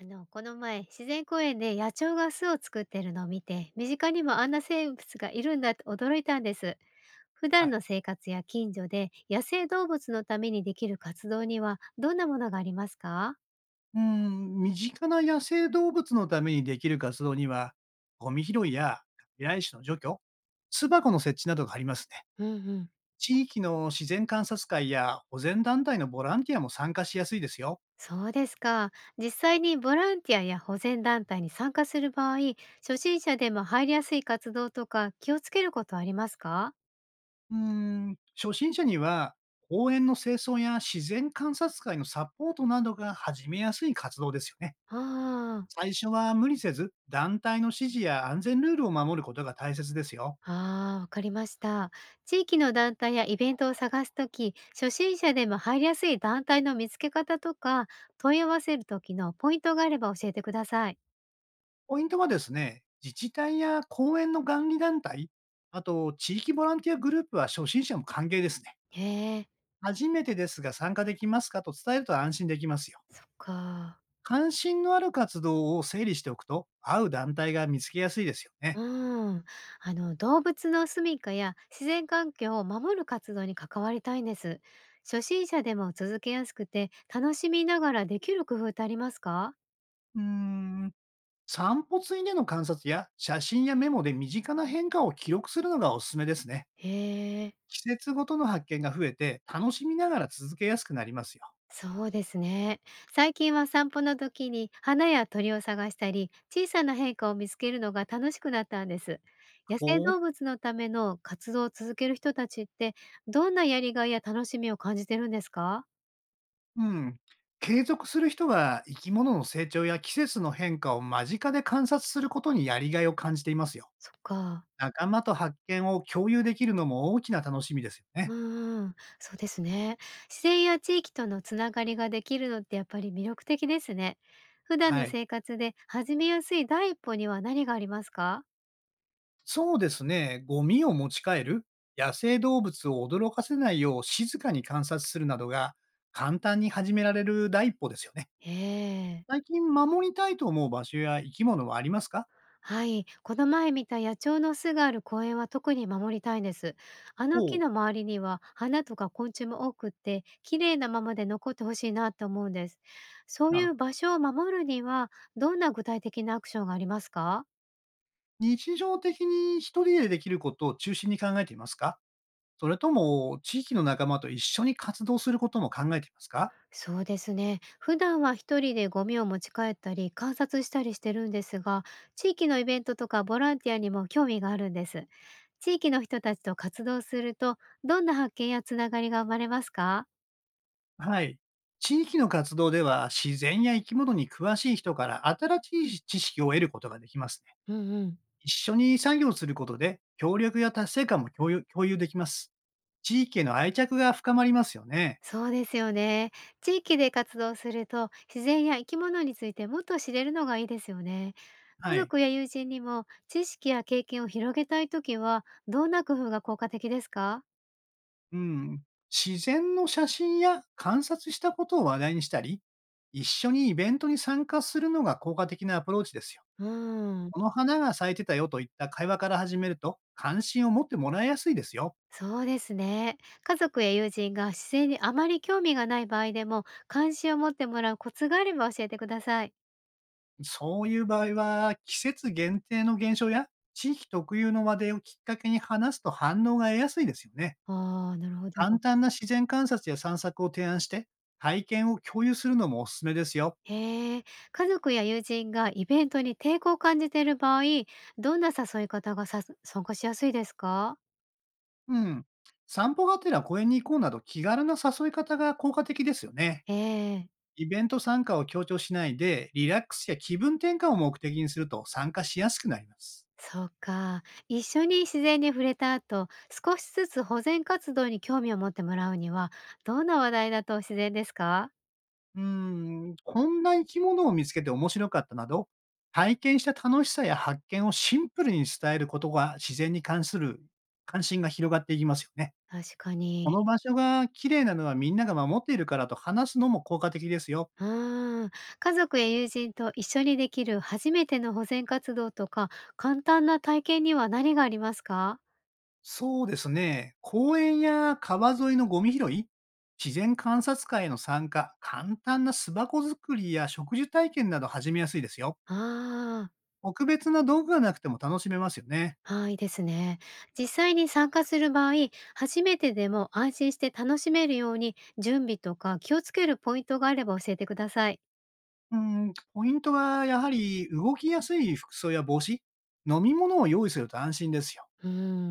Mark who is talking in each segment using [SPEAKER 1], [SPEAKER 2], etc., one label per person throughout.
[SPEAKER 1] あの、この前、自然公園で野鳥が巣を作ってるのを見て、身近にもあんな生物がいるんだって驚いたんです。普
[SPEAKER 2] は
[SPEAKER 1] 段
[SPEAKER 2] い。
[SPEAKER 1] の生活や近所で野生動物のためにできる活動にはどんなものがありますか？
[SPEAKER 2] うん、身近な野生動物のためにできる活動には、ゴミ拾いや外来種の除去、巣箱の設置などがありますね。
[SPEAKER 1] うんうん。
[SPEAKER 2] 地域の自然観察会や保全団体のボランティアも参加しやすいですよ。
[SPEAKER 1] そうですか。実際にボランティアや保全団体に参加する場合、初心者でも入りやすい活動とか気をつけることはありますか？
[SPEAKER 2] うん、初心者には公園の清掃や自然観察会のサポートなどが始めやすい活動ですよね。
[SPEAKER 1] ああ。
[SPEAKER 2] 最初は無理せず、団体の指示や安全ルールを守ることが大切ですよ。
[SPEAKER 1] ああ、わかりました。地域の団体やイベントを探すとき、初心者でも入りやすい団体の見つけ方とか、問い合わせる時のポイントがあれば教えてください。
[SPEAKER 2] ポイントはですね、自治体や公園の管理団体、あと地域ボランティアグループは初心者も歓迎ですね。
[SPEAKER 1] へえ、
[SPEAKER 2] 初めてですが参加できますかと伝えると安心できますよ。
[SPEAKER 1] そっか。
[SPEAKER 2] 関心のある活動を整理しておくと、会う団体が見つけやすいですよね。
[SPEAKER 1] うん。あの、動物の住処や自然環境を守る活動に関わりたいんです。初心者でも続けやすくて、楽しみながらできる工夫ってありますか？
[SPEAKER 2] うーん、散歩ついでの観察や写真やメモで身近な変化を記録するのがおすすめですね。
[SPEAKER 1] へえ。
[SPEAKER 2] 季節ごとの発見が増えて、楽しみながら続けやすくなりますよ。
[SPEAKER 1] そうですね。最近は散歩の時に花や鳥を探したり、小さな変化を見つけるのが楽しくなったんです。野生
[SPEAKER 2] ほう
[SPEAKER 1] 動物のための活動を続ける人たちって、どんなやりがいや楽しみを感じてるんですか？
[SPEAKER 2] うん。継続する人は生き物の成長や季節の変化を間近で観察することにやりがいを感じていますよ。
[SPEAKER 1] そっか。
[SPEAKER 2] 仲間と発見を共有できるのも大きな楽しみですよね。
[SPEAKER 1] うんうん、そうですね。自然や地域とのつながりができるのってやっぱり魅力的ですね。普段
[SPEAKER 2] は
[SPEAKER 1] の
[SPEAKER 2] い。
[SPEAKER 1] 生活で始めやすい第一歩には何がありますか？
[SPEAKER 2] そうですね。ゴミを持ち帰る、野生動物を驚かせないよう静かに観察するなどが簡単に始められる第一歩ですよね。
[SPEAKER 1] ええ。
[SPEAKER 2] 最近守りたいと思う場所や生き物はありますか？
[SPEAKER 1] はい、この前見た野鳥の巣がある公園は特に守りたいです。あの
[SPEAKER 2] お
[SPEAKER 1] 木
[SPEAKER 2] う、
[SPEAKER 1] の周りには花とか昆虫も多くって、綺麗なままで残ってほしいなって思うんです。そう
[SPEAKER 2] な
[SPEAKER 1] い
[SPEAKER 2] る
[SPEAKER 1] う
[SPEAKER 2] ほど。
[SPEAKER 1] 場所を守るには、どんな具体的なアクションがありますか？
[SPEAKER 2] 日常的に一人でできることを中心に考えていますか？それとも、地域の仲間と一緒に活動することも考えていますか？
[SPEAKER 1] そうですね。普段は一人でゴミを持ち帰ったり観察したりしてるんですが、地域のイベントとかボランティアにも興味があるんです。地域の人たちと活動すると、どんな発見やつながりが生まれますか？
[SPEAKER 2] はい。地域の活動では、自然や生き物に詳しい人から新しい知識を得ることができますね。
[SPEAKER 1] うんうん。
[SPEAKER 2] 一緒に作業することで、協力や達成感も共有できます。地域への愛着が深まりますよね。
[SPEAKER 1] そうですよね。地域で活動すると自然や生き物についてもっと知れるのがいいですよね。
[SPEAKER 2] は
[SPEAKER 1] 家
[SPEAKER 2] い。
[SPEAKER 1] 族や友人にも知識や経験を広げたいときはどんな工夫が効果的ですか？
[SPEAKER 2] うん。自然の写真や観察したことを話題にしたり、一緒にイベントに参加するのが効果的なアプローチですよ。
[SPEAKER 1] うーん、
[SPEAKER 2] この花が咲いてたよといった会話から始めると、関心を持ってもらいやすいですよ。
[SPEAKER 1] そうですね。家族や友人が自然にあまり興味がない場合でも関心を持ってもらうコツがあれば教えてください。
[SPEAKER 2] そういう場合は、季節限定の現象や地域特有の話題をきっかけに話すと反応が得やすいですよね。
[SPEAKER 1] ああ、なるほ
[SPEAKER 2] 簡
[SPEAKER 1] ど。
[SPEAKER 2] 単な自然観察や散策を提案して、体験を共有するのもおすすめですよ。
[SPEAKER 1] へえ。家族や友人がイベントに抵抗を感じている場合、どんな誘い方が参加しやすいですか？
[SPEAKER 2] うん。散歩がてら公園に行こうなど気軽な誘い方が効果的ですよね。
[SPEAKER 1] ええ、
[SPEAKER 2] イベント参加を強調しないで、リラックスや気分転換を目的にすると参加しやすくなります。
[SPEAKER 1] そうか。一緒に自然に触れた後、少しずつ保全活動に興味を持ってもらうには、どんな話題だと自然ですか？
[SPEAKER 2] うーん、こんな生き物を見つけて面白かったなど、体験した楽しさや発見をシンプルに伝えることが自然に関する関心が広がっていきますよね。
[SPEAKER 1] 確か
[SPEAKER 2] こ
[SPEAKER 1] に。
[SPEAKER 2] の場所が綺麗なのはみんなが守っているからと話すのも効果的ですよ。
[SPEAKER 1] うーん。家族や友人と一緒にできる初めての保全活動とか、簡単な体験には何がありますか？
[SPEAKER 2] そうですね。公園や川沿いのゴミ拾い、自然観察会への参加、簡単な巣箱作りや植樹体験など始めやすいですよ。
[SPEAKER 1] ああ、
[SPEAKER 2] 特別な道具がなくても楽しめますよね。
[SPEAKER 1] はい、いいですね。実際に参加する場合、初めてでも安心して楽しめるように、準備とか気をつけるポイントがあれば教えてください。
[SPEAKER 2] うーん、ポイントはやはり動きやすい服装や帽子、飲み物を用意すると安心ですよ。
[SPEAKER 1] うー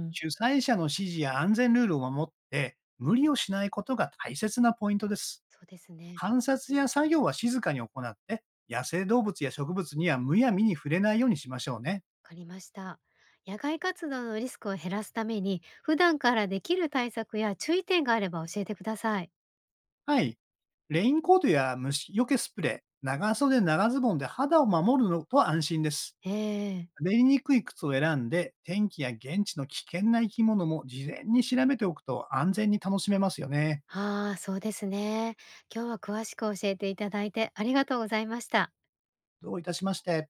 [SPEAKER 1] ん。
[SPEAKER 2] 主催者の指示や安全ルールを守って、無理をしないことが大切なポイントです。
[SPEAKER 1] そうですね。
[SPEAKER 2] 観察や作業は静かに行って、野生動物や植物にはむやみに触れないようにしましょうね。
[SPEAKER 1] わかりました。野外活動のリスクを減らすために、普段からできる対策や注意点があれば教えてください。
[SPEAKER 2] はい。レインコートや虫除けスプレー、長袖長ズボンで肌を守るのと安心です。
[SPEAKER 1] ええ。
[SPEAKER 2] 滑りにくい靴を選んで、天気や現地の危険な生き物も事前に調べておくと安全に楽しめますよね。
[SPEAKER 1] ああ、そうですね。今日は詳しく教えていただいてありがとうございました。
[SPEAKER 2] どういたしまして。